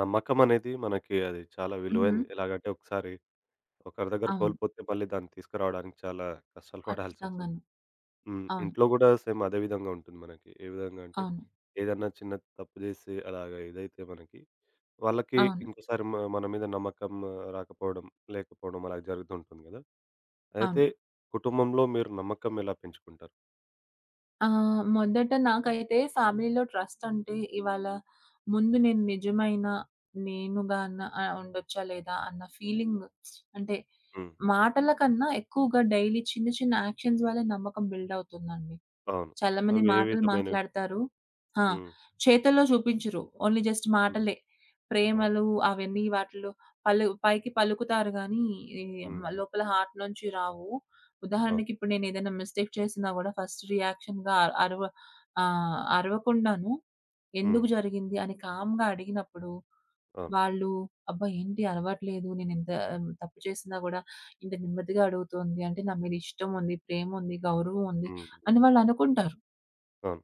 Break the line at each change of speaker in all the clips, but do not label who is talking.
నమ్మకమనేది మనకి అది చాలా
హుహు.
విలువైంది. ఎలాగంటే ఒకసారి ఒకరి దగ్గర
అవును.
కోల్పోతే మళ్ళీ దాన్ని తీసుకురావడానికి చాలా కష్టాలు పడాల్సొస్తుంది.
ఖచ్చితంగాను.
హ్మ్.
అవును.
ఇంట్లో గూడా సేమ్ అదే విధంగా ఉంటుంది మనకి. ఏ విధంగా అంటే
అవును.
ఏదన్నా చిన్న తప్పు జేసి అలాగా ఇదైతే మనకి వాళ్ళకి
అవును.
ఇంకోసారి మన మీద నమ్మకం రాకపోవడం, లేకపోవడం అలా జరుగుతుంటుంది గదా! అయితే
అవును.
కుటుంబంలో మీరు నమ్మకం ఎలా పెంచుకుంటారు?
మొదట నాకైతే ఫ్యామిలీలో ట్రస్ట్ అంటే ఇవాళ ముందు నేను నిజమైన నేనుగాన ఉండొచ్చా లేదా అన్న ఫీలింగ్ అంటే
హ్మ్.
మాటల కన్నా ఎక్కువగా డైలీ చిన్న చిన్న యాక్షన్స్ వల్ల నమ్మకం బిల్డ్ అవుతుందండి.
అవును.
చాలా మంది
అవి ఏ
మాటలు
విధమైనవి?
మాట్లాడతారు. ఆ!
హ్మ్.
చేతల్లో చూపించరు. ఓన్లీ జస్ట్
హ్మ్.
మాటలే.
అవును.
ప్రేమలు అవన్నీ వాటిలో పలు పైకి పలుకుతారు గానీ, ఈ
హ్మ్. హ్మ్.
లోపల హార్ట్ నుంచి రావు.
అవును.
ఉదాహరణకి ఇప్పుడు నేనేదైనా మిస్టేక్ చేసినా గూడా ఫస్ట్ రియాక్షన్‌గా అరవ అరవకుండాను
హ్మ్.
ఎందుకు జరిగింది అని కామ్‌గా అడిగినప్పుడు
అవును.
వాళ్ళు "అబ్బా! ఏంటి అరవట్లేదు. నేనింత తప్పు చేసినా గూడా ఇంత నెమ్మదిగా అడుగుతోంది. అంటే నా మీద ఇష్టం ఉంది, ప్రేమ ఉంది, గౌరవం ఉంది"
హ్మ్.
అని వాళ్ళు అనుకుంటారు.
అవును.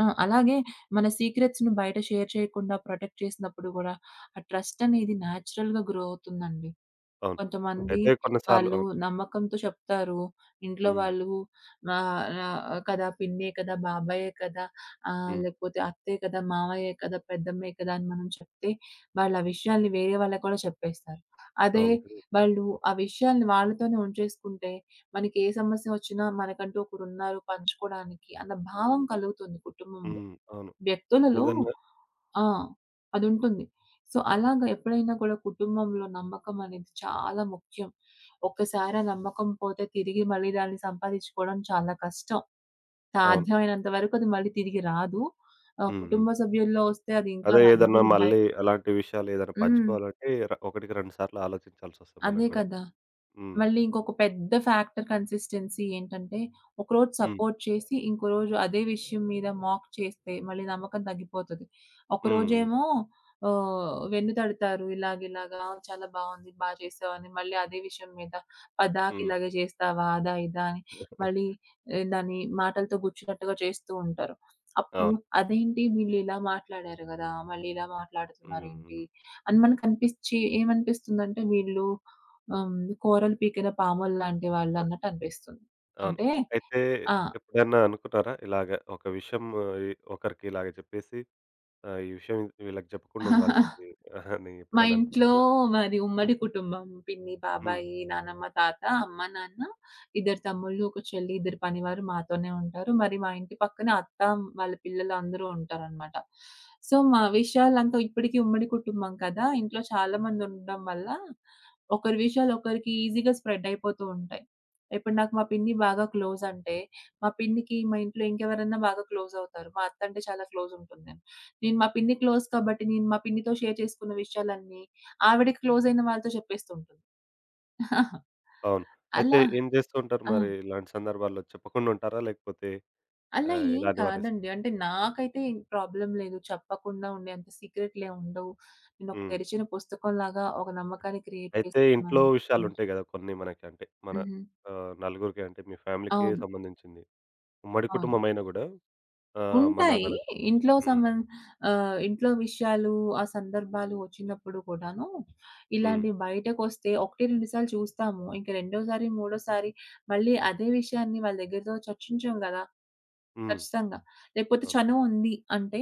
అలాగే మన సీక్రెట్స్‌ని బయట షేర్ చేయకుండా ప్రొటెక్ట్ చేసినప్పుడు గూడా, ఆ ట్రస్ట్ అనేది నేచురల్‌గా గ్రో అవుతుందండి.
అవును.
కొంతమంది
అయితే కొన్ని సార్లు
వాళ్ళు
అవును.
నమ్మకంతో చెప్తారు. ఇంట్లో
హ్మ్.
వాళ్ళు ఆహ్, ఆహ్, కదా! పిన్నే కదా! బాబాయే కదా!
హ్మ్.
లేకపోతే అత్తే కదా! మావయ్యే కదా! పెద్దమ్మే కదా! అని మనం చెప్తే, వాళ్ళు ఆ విషయాల్ని వేరే వాళ్ళకి కూడా చెప్పేస్తారు. అదే
అవును.
వాళ్ళు ఆ విషయాల్ని వాళ్ళతోనే ఉంచేసుకుంటే, మనకి ఏ సమస్య వచ్చినా మనకంటూ ఒకరున్నారు పంచుకోవడానికి అన్న భావం కలుగుతుంది కుటుంబంలో.
హ్మ్. అవును.
వ్యక్తులలో
ఏదన్నా
ఆ! అదుంటుంది. సో, అలాగా ఎప్పుడైనా కూడా కుటుంబంలో నమ్మకం అనేది చాలా ముఖ్యం. ఒక్కసారి ఆ నమ్మకం పోతే తిరిగి మళ్ళీ దాన్ని సంపాదించుకోవడం చాలా కష్టం.
అవును.
సాధ్యమైనంత వరకు అది మళ్ళీ తిరిగి రాదు.
హ్మ్. హ్మ్.
కుటుంబ సభ్యుల్లో వస్తే అది ఇంకా
అదే
రాదు.
ఏదన్నా
ఇప్పుడు బయట
మళ్ళీ అలాంటి విషయాలు ఏదైనా
హ్మ్.
పంచుకోవాలంటే ఒకటికి రెండు సార్లు ఆలోచించాల్సొస్తుంది మనం
అదే
గూడా.
కదా!
హ్మ్.
మళ్ళీ ఇంకొక పెద్ద ఫ్యాక్టర్ కన్సిస్టెన్సీ ఏంటంటే, ఒకరోజు
హ్మ్.
సపోర్ట్ చేసి, ఇంకో రోజు అదే విషయం మీద మాక్ చేస్తే మళ్ళీ నమ్మకం తగ్గిపోతది.
హ్మ్. హ్మ్.
ఒకరోజేమో వెన్ను తడతారు. ఇలాగ ఇలాగా చాలా బావుంది. బా చేసావని. మళ్ళీ అదే విషయం మీద పదాకి
హ్మ్.
ఇలాగే చేస్తావా? అదా ఇదా అని మళ్ళీ దాన్ని మాటలతో గుచ్చినట్టుగా చేస్తూ ఉంటారు. అప్పుడు
అవును.
అదేంటి వీళ్ళు ఇలా మాట్లాడారు గదా! మళ్ళీ ఇలా
హ్మ్.
మాట్లాడుతున్నారేంటి?
హ్మ్.
అని మనకనిపిచ్చి ఏమనిపిస్తుందంటే వీళ్ళు హ్మ్. కూరలు పీకిన పాములు లాంటి వాళ్ళన్నట్టు అనిపిస్తుంది.
అవును.
అంటే
అయితే
ఆ!
ఎప్పుడన్నా అనుకున్నారా ఇలాగ ఒక విషయం ఇ ఒకరికి ఇలాగ చెప్పేసి ఈ విషయం వీళ్ళకి చెప్పకుండా ఉండాల్సింది అని
మా
ఎప్పుడన్నా
ఇంట్లో
అనిపించిందా?
మాది ఉమ్మడి కుటుంబం. పిన్ని,
హ్మ్.
బాబాయి, నానమ్మ, తాత, అమ్మ, నాన్న, ఇద్దరు తమ్ముళ్ళు, ఒక చెల్లి, ఇద్దరు పనివారు మాతోనే ఉంటారు. మరి మా ఇంటి పక్కన అత్త, వాళ్ళ పిల్లలు అందరూ ఉంటారనమాట. సో, మా విషయాలంతా ఇప్పటికి ఉమ్మడి కుటుంబం కదా! ఇంట్లో చాలా మంది ఉండడం వల్ల, ఒకరి విషయాలు ఒకరికి ఈజీగా స్ప్రెడ్ అయిపోతూ ఉంటాయి. ఇప్పుడు నాకు మా పిన్ని బాగా క్లోజ్ అంటే, మా పిన్నికి మా ఇంట్లో ఇంకెవరన్నా బాగా క్లోజ్ అవుతారు. మా అత్త అంటే చాలా క్లోజ్ ఉంటుంది. నేను మా పిన్ని క్లోజ్ కాబట్టి, నేను మా పిన్నితో షేర్ చేసుకున్న విషయాలన్నీ, ఆవిడకి క్లోజయిన వాళ్ళతో చెప్పేస్తూ ఉంటుంది.
అవును. అయితే
అలా
ఏం జేస్తూ ఉంటారు
ఆ!
మరి ఇలాంటి సందర్భాల్లో చెప్పకుండా ఉంటారా? లేకపోతే ఆ!
అలా ఏం
ఎలా నివారిస్తారు?
కాదండి. అంటే నాకైతే ప్రాబ్లమ్ లేదు. చెప్పకుండా ఉండేంత సీక్రెట్‌లేం ఉండవు. నేనొక
హ్మ్.
తెరిచిన పుస్తకంలాగా ఒక నమ్మకాన్ని క్రియేట్
అయితే ఇంట్లో
చేసుకున్నాను. హ్మ్.
విషయాలుంటాయి గదా! కొన్ని మనకి అంటే మన
హుహు.
నలుగురికి అంటే మీ ఫ్యామిలీకి
అవును.
సంబంధించింది. ఉమ్మడి
అవును.
కుటుంబం అయినా గూడా అమ్మ
ఉంటాయి.
నాన్నలకు సంబంధించి
ఇంట్లో
హ్మ్.
సంబం ఇంట్లో విషయాలు, ఆ సందర్భాలు వచ్చినప్పుడు కూడాను,
హ్మ్.
ఇలాంటి బయటకొస్తే 1, 2 సార్లు చూస్తాము. ఇంక రెండోసారి, మూడోసారి మళ్ళీ అదే విషయాన్ని వాళ్ళ దగ్గరతో చర్చించం గదా!
హ్మ్.
ఖచ్చితంగా. లేకపోతే
అవును.
చనువుంది అంటే,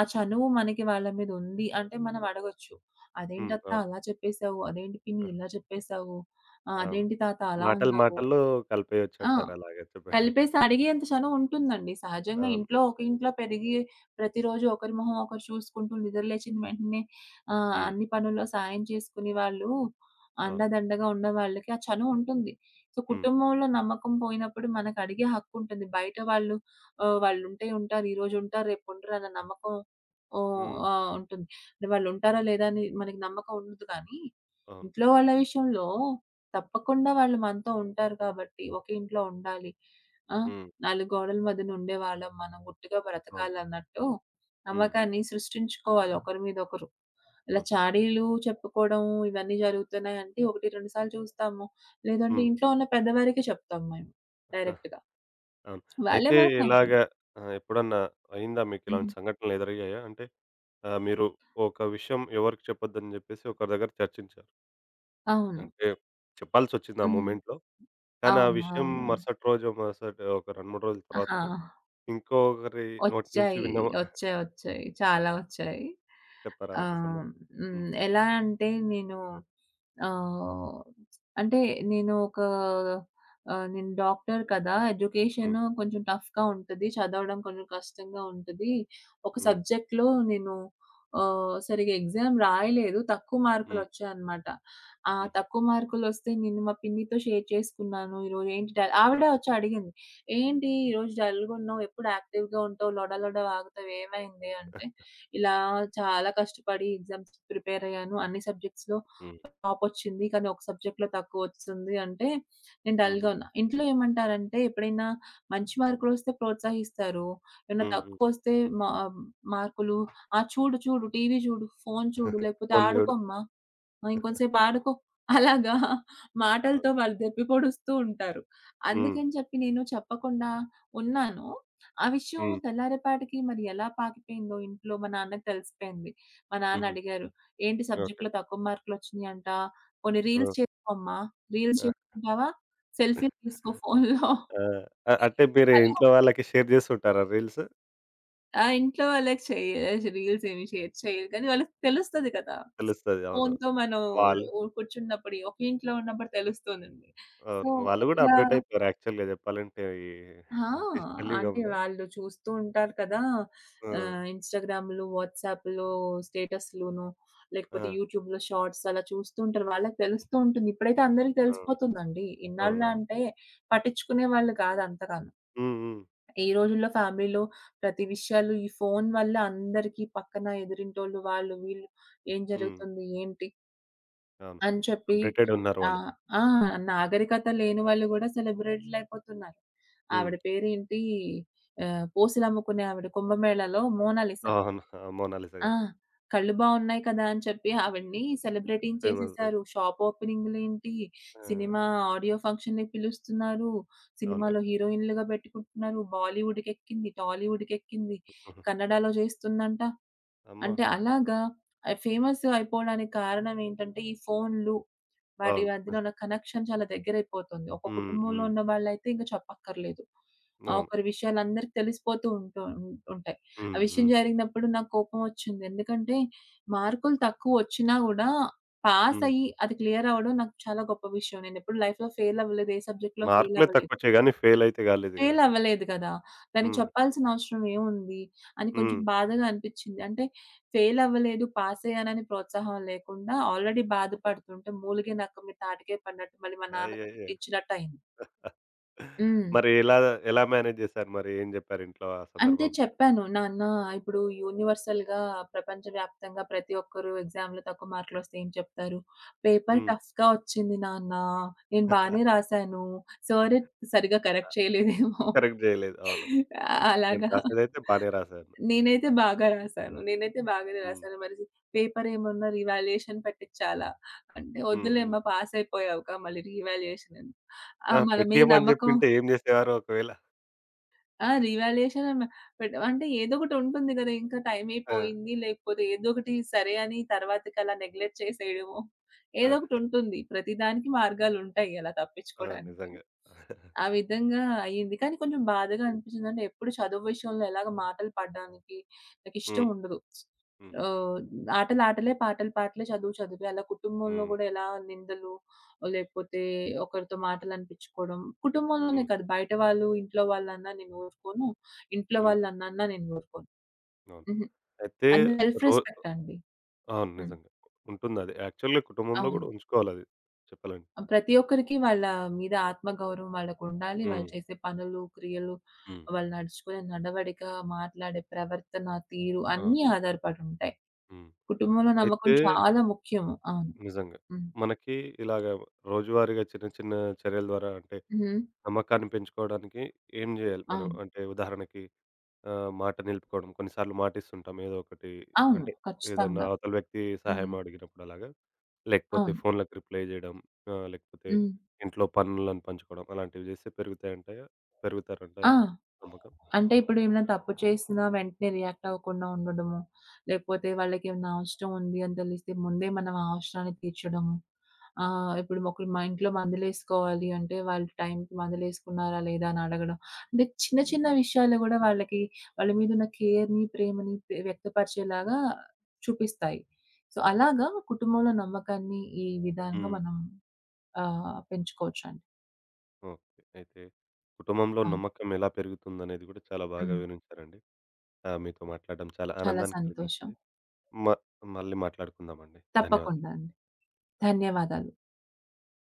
ఆ చనువు మనకి వాళ్ళ మీద ఉంది అంటే మనం అడగొచ్చు.
హ్మ్.
"అదేంటత్తా
అవును.
అలా చెప్పేసావు? అదేంటి పిన్ని ఇలా చెప్పేసావు?
అవును.
అదేంటి తాత అలా
మాటలు
అన్నావు?"
మాటల్లో
ఆ!
కలిపేయొచ్చంటారు అలాగే చెప్ప
కలిపేసి అడిగేంత చనువు ఉంటుందండి. సహజంగా
అవును.
ఇంట్లో ఒక ఇంట్లో పెరిగి ప్రతిరోజు ఒకరి మొహం ఒకరు చూసుకుంటూ నిద్ర లేచిన వెంటనే
హ్మ్.
అన్ని పనుల్లో సాయం చేసుకుని వాళ్ళు
అవును.
అండదండగా ఉన్న వాళ్ళకి ఆ చనువు ఉంటుంది. సో,
హ్మ్.
కుటుంబంలో నమ్మకం పోయినప్పుడు మనకు అడిగే హక్కు ఉంటుంది. బయట వాళ్ళు వాళ్ళుంటే ఉంటారు. ఈరోజు ఉంటారు. రేపు ఉండరు అన్న నమ్మకం
హ్మ్.
ఉంటుంది. అంటే వాళ్ళు ఉంటారా లేదా అని మనకి నమ్మకం ఉండదు కానీ,
అవును.
ఇంట్లో వాళ్ళ విషయంలో తప్పకుండా వాళ్ళు మనతో ఉంటారు కాబట్టి ఒకే ఇంట్లో ఉండాలి. ఆ!
హ్మ్.
నాలుగు గోడల మధ్యన ఉండేవాళ్ళం మనం గుట్టుగా
అవును.
బ్రతకాలన్నట్టు
హ్మ్.
నమ్మకాన్ని సృష్టించుకోవాలి ఒకరి మీద ఒకరు. ఇలా
అవును.
చాడీలు చెప్పుకోవడం ఇవన్నీ జరుగుతున్నాయంటే 1, 2 సార్లు చూస్తాము. లేదంటే
హ్మ్.
ఇంట్లో ఉన్న పెద్దవారికే చెప్తాం మేము డైరెక్ట్‌గా.
అవును.
వాళ్ళే
అయితే ఇలాగ
మాట్లాడుతున్నారు.
ఆ! ఎప్పుడన్నా అయిందా
హ్మ్.
మీకిలాంటి సంఘటనలు ఎదురయ్యాయా? అంటే ఆ! మీరు ఒక విషయం ఎవరికీ చెప్పొద్దని జెప్పేసి ఒకరి దగ్గర చర్చించారు.
అవును.
అంటే చెప్పాల్సొచ్చింది ఆ
హ్మ్.
మొమెంట్‌లో. కానీ ఆ
అవును.
విషయం
అవును.
మరుసటి రోజో, మరుసటి ఒక 2, 3 రోజుల
ఆహా!
తర్వాతనో ఇంకొకరి నోటి నుంచి
వచ్చాయి.
విన్నాము
వచ్చాయి. వచ్చాయి.
ఆ!
చాలా వచ్చాయి.
చెప్పారా ఒక
ఆహ్,
సందర్భం?
హ్మ్.
హ్మ్.
ఎలా అంటే ఆహ్, అంటే నేను ఒక నేను డాక్టర్ కదా!
హ్మ్.
ఎడ్యుకేషను కొంచెం టఫ్‌గా ఉంటది. చదవడం కొంచెం కష్టంగా ఉంటది. ఒక
హ్మ్.
సబ్జెక్ట్‌లో నేను సరిగ్గా ఎగ్జామ్ రాయలేదు. తక్కువ
హ్మ్.
మార్కులొచ్చాయన్నమాట. ఆ
హుహు.
తక్కువ మార్కులొస్తే నేను మా పిన్నితో షేర్ చేసుకున్నాను. ఈరోజు ఏంటి డ ఆవిడే
ఓకే.
వచ్చి అడిగింది. "ఏంటి ఈరోజు డల్‌గా ఉన్నావు? ఎప్పుడు యాక్టివ్‌గా ఉంటావు. లొడ లొడ వాగుతావు. ఏమైంది?" అంటే, "ఇలా చాలా కష్టపడి ఎగ్జామ్స్‌కి ప్రిపేర్ అయ్యాను. అన్ని సబ్జెక్ట్స్‌లో
హ్మ్.
టాపొచ్చింది. కానీ ఒక సబ్జెక్ట్‌లో తక్కువొస్తుంది అంటే నేను డల్‌గా
హుహు.
ఉన్నా. ఇంట్లో ఏమంటారంటే ఎప్పుడైనా మంచి మార్కులొస్తే ప్రోత్సహిస్తారు. ఏమైనా
హ్మ్. హ్మ్.
తక్కువొస్తే మా మార్కులు ఆ! చూడు చూడు టీవీ చూడు, ఫోను చూడు లేకపోతే
ఫోను జూడు.
ఆడుకోమ్మా. ఆ! ఇంకొంసేపు ఆడుకో. అలాగా మాటలతో
అవును.
వాళ్ళు దెప్పి పొడుస్తూ ఉంటారు.
హ్మ్.
అందుకని చెప్పి నేను చెప్పకుండా ఉన్నాను. ఆ విషయం
హ్మ్.
తెల్లారేపాటికి మరి ఎలా పాకిపోయిందో ఇంట్లో మా నాన్నకి తెలిసిపోయింది. మా నాన్న
హుహు.
అడిగారు, "ఏంటి
ఓకే.
సబ్జెక్ట్‌లో తక్కువ మార్కులొచ్చినియంట? పోనీ రీల్స్
ఆ!
చేసుకోమ్మా. రీల్స్
ఆ!
చేసుకుంటావా? సెల్ఫీలు తీసుకో ఫోనులో."
ఆ! అంటే మీరు
అలా
ఇంట్లో వాళ్ళకి షేర్ జేస్తుంటారా రీల్స్?
ఆ! ఇంట్లో వాళ్ళకి చెయ్య రీల్స్ ఏమి షేర్ చెయ్యరు. కానీ వాళ్ళకి తెలుస్తది కదా!
తెలుస్తది. అవును.
ఫోన్‌తో మనం
వాళ్
ఉ కూర్చున్నప్పుడు ఒకే ఇంట్లో ఉన్నప్పుడు తెలుస్తుందండి. సో,
అవును. వాళ్ళు గూడా
ఇలా
అప్‌డేట్ అయిపోయారు యాక్చువల్‌గా జెప్పాలంటే ఈ
ఆ!
డిజిటల్
అంటే
యుగంలో.
వాళ్ళు చూస్తూ ఉంటారు కదా!
ఆ!
ఇన్‌స్టాగ్రామ్‌లు, వాట్సాప్‌లో స్టేటస్‌లును
ఆ!
లేకపోతే యూట్యూబ్‌లో షార్ట్స్ అలా చూస్తూ ఉంటారు. వాళ్ళకి తెలుస్తూ ఉంటుంది. ఇప్పుడైతే అందరికి
అవును.
తెలిసిపోతుందండి. ఇన్నాళ్ళు
అవునవును.
అంటే పట్టించుకునేవాళ్ళు కాదు అంతగా.
హ్మ్. హ్మ్.
ఈ రోజుల్లో ఫ్యామిలీలో ప్రతి విషయాలు ఈ ఫోను వల్ల అందరికీ పక్కన ఎదురింటోళ్ళు వాళ్ళు వీళ్ళు ఏం
హ్మ్.
జరుగుతుంది? ఏంటి?
అవును.
అని చెప్పి
అప్‌డేటెడ్ ఉన్నారు
ఆ!
వాళ్ళు.
ఆ! నాగరికత లేని వాళ్ళు గూడా సెలబ్రిటీలయిపోతున్నారు.
హ్మ్.
ఆవిడ పేరేంటి? పూసలమ్ముకునే ఆవిడ కుంభమేళాలో మోనాలిస.
అవును. ఆ! 'మోనాలిసా'
ఆ!
గారు.
కళ్ళు బావున్నాయి కదా! అని చెప్పి ఆవిడని సెలబ్రేటింగ్
ఫేమస్
చేసేసారు. షాప్ ఓపెనింగ్‌లేంటి,
ఆ!
సినిమా ఆడియో ఫంక్షన్‌లకి పిలుస్తున్నారు.
అవును.
సినిమాలో హీరోయిన్‌లుగా పెట్టుకుంటున్నారు. బాలీవుడ్‌కెక్కింది, టాలీవుడ్‌కెక్కింది, కన్నడలో చేస్తుందంట.
అమ్మ!
అంటే అలాగా ఫేమస్ అయిపోవడానికి కారణం ఏంటంటే ఈ ఫోన్‌లు. వాటి
అవును.
మధ్యన
నిజం.
ఉన్న కనెక్షన్ చాలా దగ్గరైపోతుంది. ఒక
హ్మ్.
కుటుంబంలో
హ్మ్.
ఉన్న వాళ్ళైతే ఇంక చెప్పక్కర్లేదు.
అవును.
ఒకరి విషయాలు అందరికి తెలిసిపోతూ ఉంటూ ఉం ఉంటాయి. ఆ
హ్మ్.
విషయం
హ్మ్.
జరిగినప్పుడు నాకు కోపమొచ్చింది. ఎందుకంటే మార్కులు తక్కువొచ్చినా గూడా
హ్మ్.
పాసయ్యి అది క్లియర్ అవ్వడం నాకు చాలా గొప్ప విషయం. నేనెప్పుడు లైఫ్‌లో ఫెయిల్ అవ్వలేదు. ఏ సబ్జెక్ట్‌లో ఫెయిల్
మార్కులే
అవ్వలేదు.
తక్కువొచ్చాయి గానీ ఫెయిలయితే గాలేదు గదా!
ఫెయిల్ అవ్వలేదు గదా! దానికి
హ్మ్.
చెప్పాల్సిన అవసరం ఏముంది? అని కొంచెం
హ్మ్.
బాధగా అనిపిచ్చింది. అంటే ఫెయిల్ అవ్వలేదు, పాస్ అయ్యానని ప్రోత్సాహం లేకుండా ఆల్రెడీ బాధపడుతుంటే మూలిగే నక్కం మీద తాటికాయ పడినట్టు మళ్ళీ మా నాన్నతో
అయ్యయ్యో!
తిట్టించినట్టయింది. హ్మ్.
మరి ఎలా ఎలా మేనేజ్ జేశారు? మరి ఏం జెప్పారు ఇంట్లో ఆ
అంటే
సందర్భంలో?
చెప్పాను, "నాన్న ఇప్పుడు యూనివర్సల్‌గా ప్రపంచవ్యాప్తంగా ప్రతి ఒక్కరు ఎగ్జామ్‌లో తక్కువ మార్కులొస్తే ఏం చెప్తారు? పేపర్
హ్మ్.
టఫ్‌గా వచ్చింది నాన్న. నేను బానే రాసాను. సారే సరిగ్గా కరెక్ట్ చేయలేదేమో."
కరెక్ట్ జేయలేదు. అవును.
ఆ!
నేను
అలాగా.
రాసేదైతే బానే రాశాను.
నేనైతే బాగా రాసాను. నేనైతే బాగానే
హ్మ్.
రాసాను. మరి పేపర్ ఏమన్నా రీవాల్యుయేషన్ పెట్టిచ్చాలా? అంటే
హ్మ్. హ్మ్.
"వద్దులేమ్మా పాస్ అయిపోయావుగా మళ్ళీ రీవాల్యుయేషన్ ఎందుకు?"
ఆ!
మన మీద
పెట్టేయమని
నమ్మకం
జెప్పింటే ఏం జేసేవారో ఒకవేళ?
ఆ! రీవాల్యుయేషన్ అన్ పెట్ అంటే ఏదో ఒకటుంటుంది గదా! ఇంకా
ఆ!
టైమయిపోయింది, లేకపోతే ఏదో ఒకటి సరే అని తర్వాతకలా నెగ్లెక్ట్ చేసేయడమో, ఏదో
ఆ!
ఒకటుంటుంది. ప్రతిదానికి మార్గాలుంటాయి అలా
ఆ!
తప్పించుకోడానికి.
నిజంగా.
ఆ విధంగా అయ్యింది. కానీ కొంచెం బాధగా
హ్మ్.
అనిపించింది. అంటే ఎప్పుడు చదువు విషయంలో ఎలాగ మాటలు పడడానికి నాకిష్టం
హ్మ్.
ఉండదు.
హుహు.
ఆహ్, ఆటలాటలే, పాటలు పాటలే, చదువు చదువే. అలా కుటుంబంలో
హ్మ్.
గూడా ఎలా నిందలు లేకపోతే ఒకరితో మాటలు అనిపించుకోవడం. కుటుంబంలోనే
హ్మ్.
కాదు బయట వాళ్ళు, ఇంట్లో వాళ్ళన్నా నేను ఊరుకోను. ఇంట్లో
హ్మ్.
వాళ్ళనన్నా నేను ఊరుకోను.
అవును.
హుహు.
అయితే
అది సెల్ఫ్
రో
రెస్పెక్ట్ అండి.
అవును.
హ్మ్.
నిజంగా. ఉంటుందది. యాక్చువల్‌గా కుటుంబంలో
అవును.
గూడా ఉంచుకోవాలది చెప్పాలంటే.
ప్రతి ఒక్కరికి వాళ్ళ మీద ఆత్మగౌరవం వాళ్ళకుండాలి. వాళ్ళు
హ్మ్.
చేసే పనులు, క్రియలు,
హ్మ్.
వాళ్ళు నడుచుకునే నడవడిక, మాట్లాడే ప్రవర్తన, తీరు
అవును.
అన్నీ ఆధారపడి ఉంటాయి.
హ్మ్.
కుటుంబంలో నమ్మకం
అయితే
చాలా ముఖ్యము. అవును.
నిజంగా.
హ్మ్.
మనకి ఇలాగ రోజువారీగా చిన్న చిన్న చర్యల ద్వారా అంటే
హ్మ్.
నమ్మకాన్ని పెంచుకోవడానికి ఏం జేయాలి మనం?
అవును.
అంటే ఉదాహరణకి మాట నిలుపుకోవడం. కొన్నిసార్లు మాటిస్తుంటాం ఏదో ఒకటి
అవును.
అంటే ఏదన్నా
ఖచ్చితంగా.
అవతల వ్యక్తి
హ్మ్.
సహాయం అడిగినప్పుడు అలాగా. లేకపోతే
అవును.
ఫోన్‌లకి రిప్లై జేయడం. లేకపోతే
హ్మ్.
ఇంట్లో పనులను పంచుకోవడం. అలాంటివి జేస్తే పెరుగుతాయంటాయా?
ఆ!
పెరుగుతారంటాయా నమ్మకం?
అంటే ఇప్పుడు ఏమైనా తప్పు చేసినా వెంటనే రియాక్ట్ అవ్వకుండా ఉండడము. లేకపోతే వాళ్ళకేమైనా అవసరం ఉంది అని తెలిస్తే ముందే మనం ఆ అవసరాన్ని తీర్చడము. ఇప్పుడు ఒకరు మా ఇంట్లో మందులేసుకోవాలి అంటే వాళ్ళు టైంకి మందులేసుకున్నారా లేదా అని అడగడం. అంటే చిన్న చిన్న విషయాలు కూడా వాళ్ళకి వాళ్ళ మీద ఉన్న కేర్‌ని, ప్రేమని వ్యక్తపరిచేలాగా చూపిస్తాయి. సో, అలాగా కుటుంబంలో నమ్మకాన్ని ఈ విధంగా
హ్మ్.
మనం పెంచుకోవచ్చండి.
ఓకే. అయితే కుటుంబంలో
అవును.
నమ్మకం ఎలా పెరుగుతుందనేది గూడా చాలా బాగా
హ్మ్.
వివరించారండి. ఆ! మీతో మాట్లాడడం చాలా
చాలా
ఆనందాన్ని
సంతోషం.
కలిగించింది. మ మళ్ళీ మాట్లాడుకుందామండి. ధన్యవాదాలు.
తప్పకుండా అండి. ధన్యవాదాలు.